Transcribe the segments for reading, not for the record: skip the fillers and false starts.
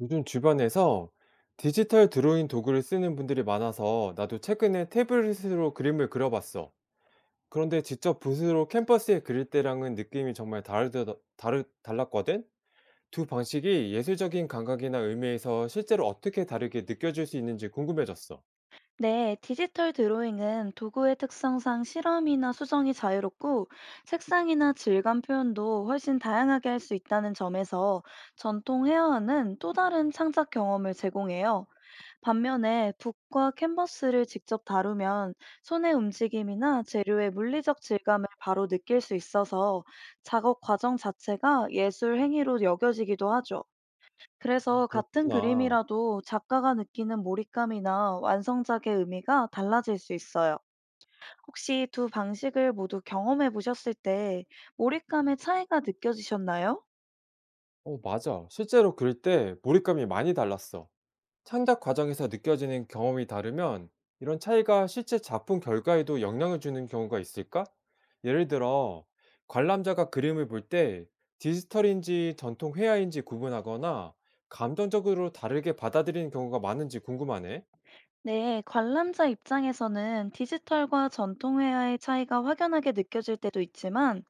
요즘 주변에서 디지털 드로잉 도구를 쓰는 분들이 많아서 나도 최근에 태블릿으로 그림을 그려봤어. 그런데 직접 붓으로 캔버스에 그릴 때랑은 느낌이 정말 달랐거든? 두 방식이 예술적인 감각이나 의미에서 실제로 어떻게 다르게 느껴질 수 있는지 궁금해졌어. 네, 디지털 드로잉은 도구의 특성상 실험이나 수정이 자유롭고 색상이나 질감 표현도 훨씬 다양하게 할 수 있다는 점에서 전통 헤어는 또 다른 창작 경험을 제공해요. 반면에 붓과 캔버스를 직접 다루면 손의 움직임이나 재료의 물리적 질감을 바로 느낄 수 있어서 작업 과정 자체가 예술 행위로 여겨지기도 하죠. 아, 그래서 같은 그렇구나. 그림이라도 작가가 느끼는 몰입감이나 완성작의 의미가 달라질 수 있어요. 혹시 두 방식을 모두 경험해 보셨을 때 몰입감의 차이가 느껴지셨나요? 맞아. 실제로 그릴 때 몰입감이 많이 달랐어. 창작 과정에서 느껴지는 경험이 다르면 이런 차이가 실제 작품 결과에도 영향을 주는 경우가 있을까? 예를 들어, 관람자가 그림을 볼 때 디지털인지 전통 회화인지 구분하거나 감정적으로 다르게 받아들이는 경우가 많은지 궁금하네. 네, 관람자 입장에서는 디지털과 전통 회화의 차이가 확연하게 느껴질 때도 있지만,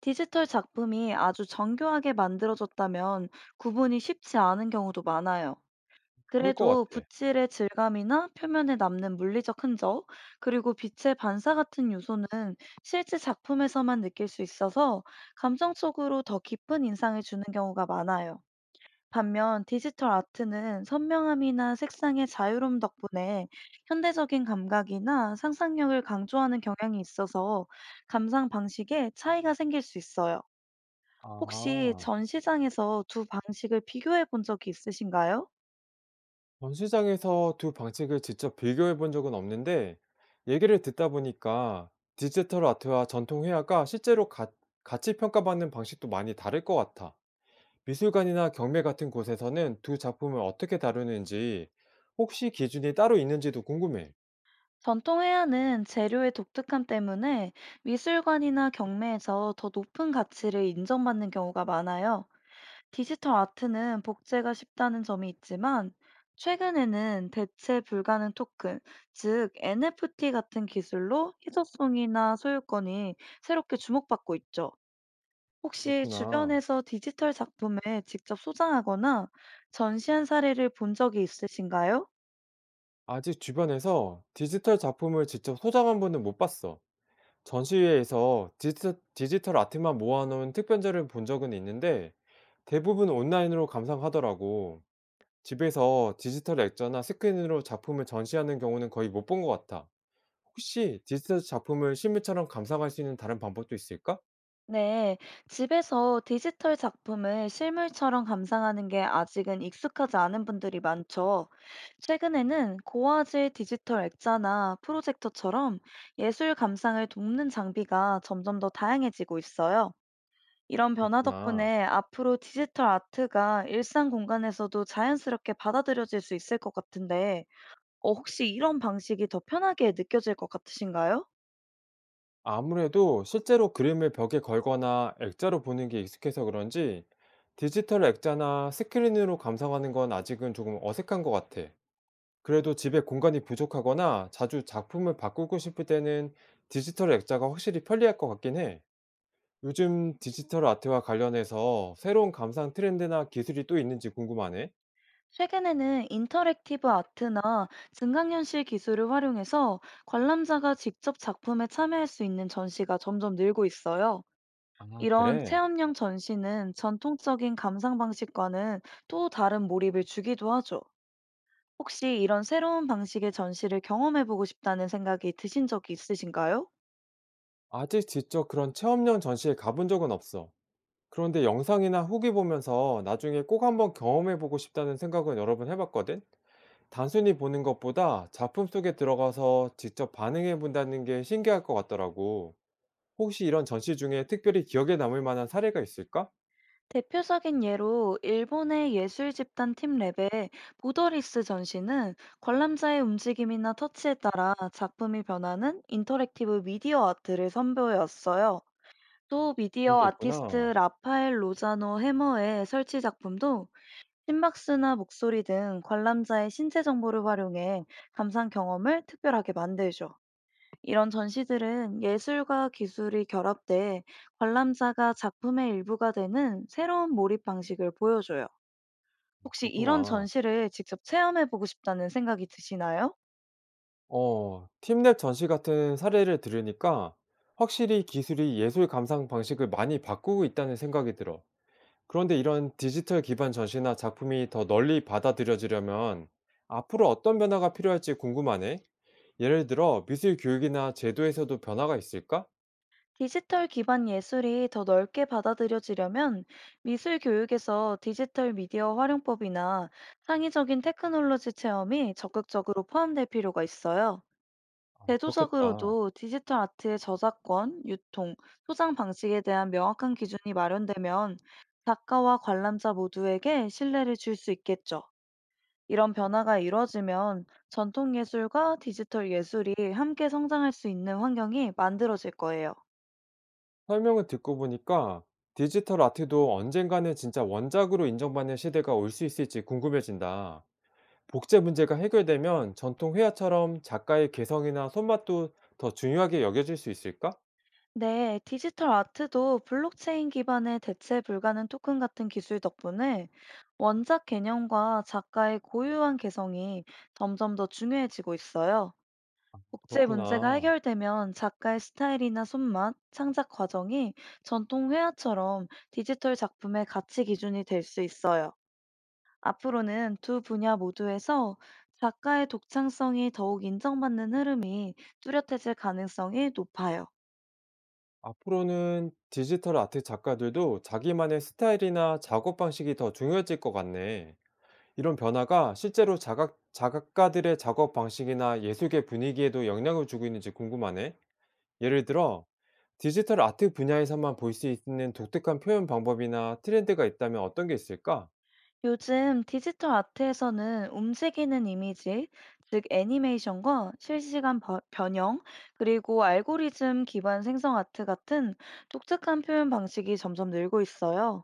디지털 작품이 아주 정교하게 만들어졌다면 구분이 쉽지 않은 경우도 많아요. 그럴 것 그래도 같아. 붓질의 질감이나 표면에 남는 물리적 흔적, 그리고 빛의 반사 같은 요소는 실제 작품에서만 느낄 수 있어서 감정적으로 더 깊은 인상을 주는 경우가 많아요. 반면 디지털 아트는 선명함이나 색상의 자유로움 덕분에 현대적인 감각이나 상상력을 강조하는 경향이 있어서 감상 방식에 차이가 생길 수 있어요. 혹시 아, 전 시장에서 두 방식을 비교해 본 적이 있으신가요? 전시장에서 두 방식을 직접 비교해 본 적은 없는데, 얘기를 듣다 보니까 디지털 아트와 전통 회화가 실제로 같이 평가받는 방식도 많이 다를 것 같아. 미술관이나 경매 같은 곳에서는 두 작품을 어떻게 다루는지 혹시 기준이 따로 있는지도 궁금해. 전통 회화는 재료의 독특함 때문에 미술관이나 경매에서 더 높은 가치를 인정받는 경우가 많아요. 디지털 아트는 복제가 쉽다는 점이 있지만, 최근에는 대체 불가능 토큰, 즉 NFT 같은 기술로 희소성이나 소유권이 새롭게 주목받고 있죠. 혹시 그렇구나. 주변에서 디지털 작품을 직접 소장하거나 전시한 사례를 본 적이 있으신가요? 아직 주변에서 디지털 작품을 직접 소장한 분은 못 봤어. 전시회에서 디지털 아트만 모아놓은 특별전을 본 적은 있는데 대부분 온라인으로 감상하더라고. 집에서 디지털 액자나 스크린으로 작품을 전시하는 경우는 거의 못 본 것 같아. 혹시 디지털 작품을 실물처럼 감상할 수 있는 다른 방법도 있을까? 네, 집에서 디지털 작품을 실물처럼 감상하는 게 아직은 익숙하지 않은 분들이 많죠. 최근에는 고화질 디지털 액자나 프로젝터처럼 예술 감상을 돕는 장비가 점점 더 다양해지고 있어요. 이런 변화 그렇구나. 덕분에 앞으로 디지털 아트가 일상 공간에서도 자연스럽게 받아들여질 수 있을 것 같은데, 혹시 이런 방식이 더 편하게 느껴질 것 같으신가요? 아무래도 실제로 그림을 벽에 걸거나 액자로 보는 게 익숙해서 그런지 디지털 액자나 스크린으로 감상하는 건 아직은 조금 어색한 것 같아. 그래도 집에 공간이 부족하거나 자주 작품을 바꾸고 싶을 때는 디지털 액자가 확실히 편리할 것 같긴 해. 요즘 디지털 아트와 관련해서 새로운 감상 트렌드나 기술이 또 있는지 궁금하네. 최근에는 인터랙티브 아트나 증강현실 기술을 활용해서 관람자가 직접 작품에 참여할 수 있는 전시가 점점 늘고 있어요. 아, 이런 그래. 체험형 전시는 전통적인 감상 방식과는 또 다른 몰입을 주기도 하죠. 혹시 이런 새로운 방식의 전시를 경험해보고 싶다는 생각이 드신 적이 있으신가요? 아직 직접 그런 체험형 전시에 가본 적은 없어. 그런데 영상이나 후기 보면서 나중에 꼭 한번 경험해보고 싶다는 생각은 여러 번 해봤거든? 단순히 보는 것보다 작품 속에 들어가서 직접 반응해본다는 게 신기할 것 같더라고. 혹시 이런 전시 중에 특별히 기억에 남을 만한 사례가 있을까? 대표적인 예로 일본의 예술 집단 팀 랩의 보더리스 전시는 관람자의 움직임이나 터치에 따라 작품이 변하는 인터랙티브 미디어 아트를 선보였어요. 또 그런 미디어 게 아티스트 있구나. 라파엘 로자노 해머의 설치 작품도 심박수나 목소리 등 관람자의 신체 정보를 활용해 감상 경험을 특별하게 만들죠. 이런 전시들은 예술과 기술이 결합돼 관람자가 작품의 일부가 되는 새로운 몰입 방식을 보여줘요. 혹시 이런 그렇구나. 전시를 직접 체험해보고 싶다는 생각이 드시나요? 팀랩 전시 같은 사례를 들으니까 확실히 기술이 예술 감상 방식을 많이 바꾸고 있다는 생각이 들어. 그런데 이런 디지털 기반 전시나 작품이 더 널리 받아들여지려면 앞으로 어떤 변화가 필요할지 궁금하네. 예를 들어 미술 교육이나 제도에서도 변화가 있을까? 디지털 기반 예술이 더 넓게 받아들여지려면 미술 교육에서 디지털 미디어 활용법이나 창의적인 테크놀로지 체험이 적극적으로 포함될 필요가 있어요. 아, 그렇겠다. 제도적으로도 디지털 아트의 저작권, 유통, 소장 방식에 대한 명확한 기준이 마련되면 작가와 관람자 모두에게 신뢰를 줄 수 있겠죠. 이런 변화가 이루어지면 전통 예술과 디지털 예술이 함께 성장할 수 있는 환경이 만들어질 거예요. 설명을 듣고 보니까 디지털 아트도 언젠가는 진짜 원작으로 인정받는 시대가 올 수 있을지 궁금해진다. 복제 문제가 해결되면 전통 회화처럼 작가의 개성이나 손맛도 더 중요하게 여겨질 수 있을까? 네, 디지털 아트도 블록체인 기반의 대체 불가능 토큰 같은 기술 덕분에 원작 개념과 작가의 고유한 개성이 점점 더 중요해지고 있어요. 국제 문제가 그렇구나. 해결되면 작가의 스타일이나 손맛, 창작 과정이 전통 회화처럼 디지털 작품의 가치 기준이 될 수 있어요. 앞으로는 두 분야 모두에서 작가의 독창성이 더욱 인정받는 흐름이 뚜렷해질 가능성이 높아요. 앞으로는 디지털 아트 작가들도 자기만의 스타일이나 작업 방식이 더 중요해질 것 같네. 이런 변화가 실제로 작가들의 작업 방식이나 예술계 분위기에도 영향을 주고 있는지 궁금하네. 예를 들어, 디지털 아트 분야에서만 볼 수 있는 독특한 표현 방법이나 트렌드가 있다면 어떤 게 있을까? 요즘 디지털 아트에서는 움직이는 이미지, 즉 애니메이션과 실시간 변형, 그리고 알고리즘 기반 생성 아트 같은 독특한 표현 방식이 점점 늘고 있어요.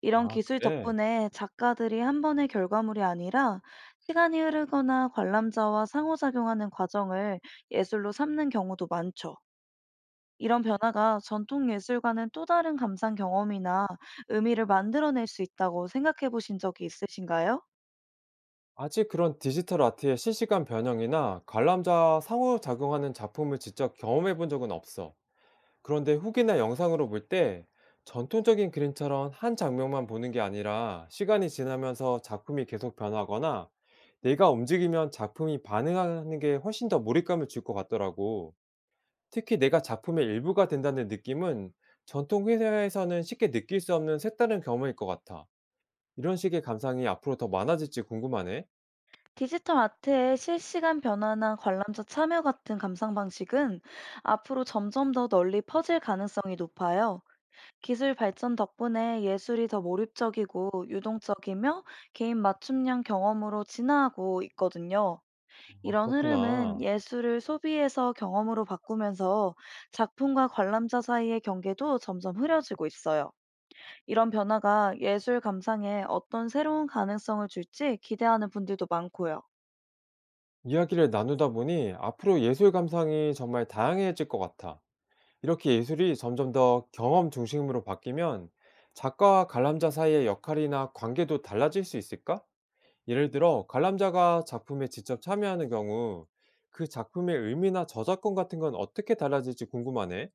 이런 아, 기술 그래. 덕분에 작가들이 한 번의 결과물이 아니라 시간이 흐르거나 관람자와 상호작용하는 과정을 예술로 삼는 경우도 많죠. 이런 변화가 전통 예술과는 또 다른 감상 경험이나 의미를 만들어낼 수 있다고 생각해 보신 적이 있으신가요? 아직 그런 디지털 아트의 실시간 변형이나 관람자 상호작용하는 작품을 직접 경험해 본 적은 없어. 그런데 후기나 영상으로 볼 때 전통적인 그림처럼 한 장면만 보는 게 아니라 시간이 지나면서 작품이 계속 변하거나 내가 움직이면 작품이 반응하는 게 훨씬 더 몰입감을 줄 것 같더라고. 특히 내가 작품의 일부가 된다는 느낌은 전통 회사에서는 쉽게 느낄 수 없는 색다른 경험일 것 같아. 이런 식의 감상이 앞으로 더 많아질지 궁금하네. 디지털 아트의 실시간 변화나 관람자 참여 같은 감상 방식은 앞으로 점점 더 널리 퍼질 가능성이 높아요. 기술 발전 덕분에 예술이 더 몰입적이고 유동적이며 개인 맞춤형 경험으로 진화하고 있거든요. 아, 이런 흐름은 그렇구나. 예술을 소비에서 경험으로 바꾸면서 작품과 관람자 사이의 경계도 점점 흐려지고 있어요. 이런 변화가 예술 감상에 어떤 새로운 가능성을 줄지 기대하는 분들도 많고요. 이야기를 나누다 보니 앞으로 예술 감상이 정말 다양해질 것 같아. 이렇게 예술이 점점 더 경험 중심으로 바뀌면 작가와 관람자 사이의 역할이나 관계도 달라질 수 있을까? 예를 들어, 관람자가 작품에 직접 참여하는 경우 그 작품의 의미나 저작권 같은 건 어떻게 달라질지 궁금하네.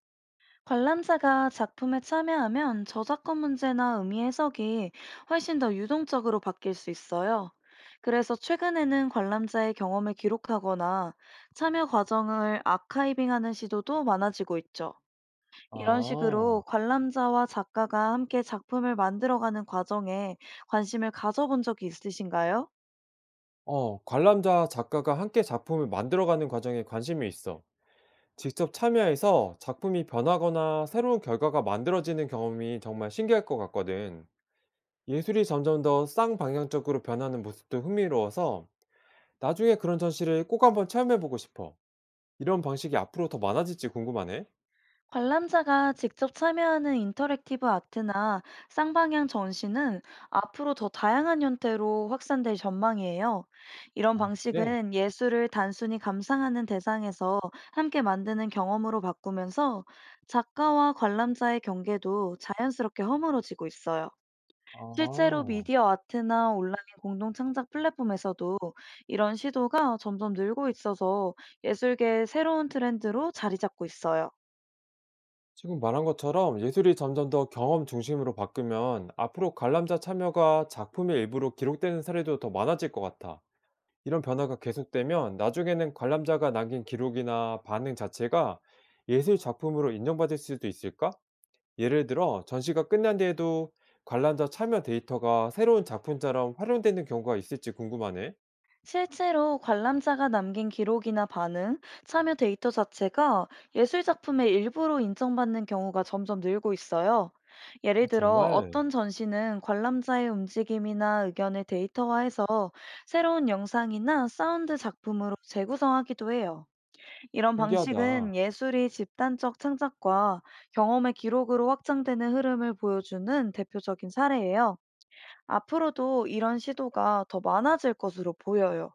관람자가 작품에 참여하면 저작권 문제나 의미 해석이 훨씬 더 유동적으로 바뀔 수 있어요. 그래서 최근에는 관람자의 경험을 기록하거나 참여 과정을 아카이빙하는 시도도 많아지고 있죠. 이런 식으로 아, 관람자와 작가가 함께 작품을 만들어가는 과정에 관심을 가져본 적이 있으신가요? 관람자와 작가가 함께 작품을 만들어가는 과정에 관심이 있어. 직접 참여해서 작품이 변하거나 새로운 결과가 만들어지는 경험이 정말 신기할 것 같거든. 예술이 점점 더 쌍방향적으로 변하는 모습도 흥미로워서 나중에 그런 전시를 꼭 한번 체험해보고 싶어. 이런 방식이 앞으로 더 많아질지 궁금하네. 관람자가 직접 참여하는 인터랙티브 아트나 쌍방향 전시는 앞으로 더 다양한 형태로 확산될 전망이에요. 이런 아, 그래? 방식은 예술을 단순히 감상하는 대상에서 함께 만드는 경험으로 바꾸면서 작가와 관람자의 경계도 자연스럽게 허물어지고 있어요. 실제로 아, 미디어 아트나 온라인 공동 창작 플랫폼에서도 이런 시도가 점점 늘고 있어서 예술계의 새로운 트렌드로 자리 잡고 있어요. 지금 말한 것처럼 예술이 점점 더 경험 중심으로 바뀌면 앞으로 관람자 참여가 작품의 일부로 기록되는 사례도 더 많아질 것 같아. 이런 변화가 계속되면 나중에는 관람자가 남긴 기록이나 반응 자체가 예술 작품으로 인정받을 수도 있을까? 예를 들어 전시가 끝난 뒤에도 관람자 참여 데이터가 새로운 작품처럼 활용되는 경우가 있을지 궁금하네. 실제로 관람자가 남긴 기록이나 반응, 참여 데이터 자체가 예술 작품의 일부로 인정받는 경우가 점점 늘고 있어요. 아, 예를 들어 정말 어떤 전시는 관람자의 움직임이나 의견을 데이터화해서 새로운 영상이나 사운드 작품으로 재구성하기도 해요. 이런 신기하다. 방식은 예술이 집단적 창작과 경험의 기록으로 확장되는 흐름을 보여주는 대표적인 사례예요. 앞으로도 이런 시도가 더 많아질 것으로 보여요.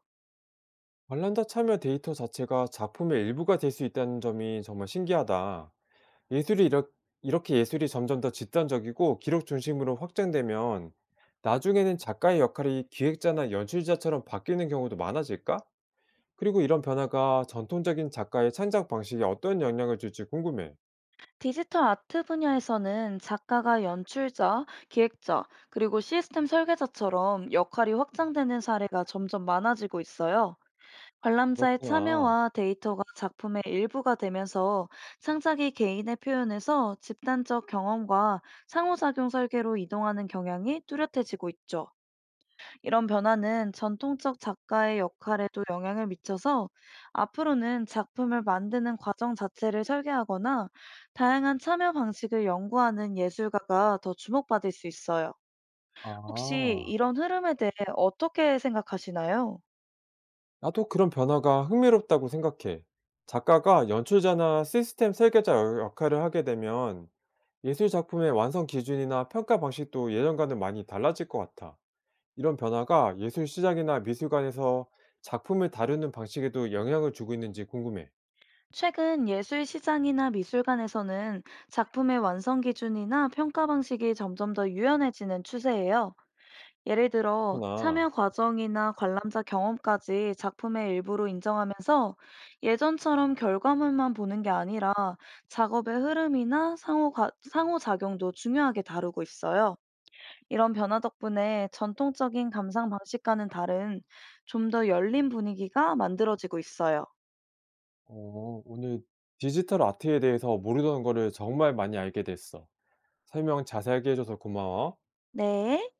관람자 참여 데이터 자체가 작품의 일부가 될 수 있다는 점이 정말 신기하다. 예술이 이렇- 이렇게 예술이 점점 더 집단적이고 기록 중심으로 확장되면 나중에는 작가의 역할이 기획자나 연출자처럼 바뀌는 경우도 많아질까? 그리고 이런 변화가 전통적인 작가의 창작 방식에 어떤 영향을 줄지 궁금해. 디지털 아트 분야에서는 작가가 연출자, 기획자, 그리고 시스템 설계자처럼 역할이 확장되는 사례가 점점 많아지고 있어요. 관람자의 그렇구나. 참여와 데이터가 작품의 일부가 되면서 창작이 개인의 표현에서 집단적 경험과 상호작용 설계로 이동하는 경향이 뚜렷해지고 있죠. 이런 변화는 전통적 작가의 역할에도 영향을 미쳐서 앞으로는 작품을 만드는 과정 자체를 설계하거나 다양한 참여 방식을 연구하는 예술가가 더 주목받을 수 있어요. 혹시 아. 이런 흐름에 대해 어떻게 생각하시나요? 나도 그런 변화가 흥미롭다고 생각해. 작가가 연출자나 시스템 설계자 역할을 하게 되면 예술 작품의 완성 기준이나 평가 방식도 예전과는 많이 달라질 것 같아. 이런 변화가 예술 시장이나 미술관에서 작품을 다루는 방식에도 영향을 주고 있는지 궁금해. 최근 예술 시장이나 미술관에서는 작품의 완성 기준이나 평가 방식이 점점 더 유연해지는 추세예요. 예를 들어 참여 그렇구나. 과정이나 관람자 경험까지 작품의 일부로 인정하면서 예전처럼 결과물만 보는 게 아니라 작업의 흐름이나 상호작용도 중요하게 다루고 있어요. 이런 변화 덕분에 전통적인 감상 방식과는 다른 좀 더 열린 분위기가 만들어지고 있어요. 어, 오늘 디지털 아트에 대해서 모르던 거를 정말 많이 알게 됐어. 설명 자세하게 해줘서 고마워. 네.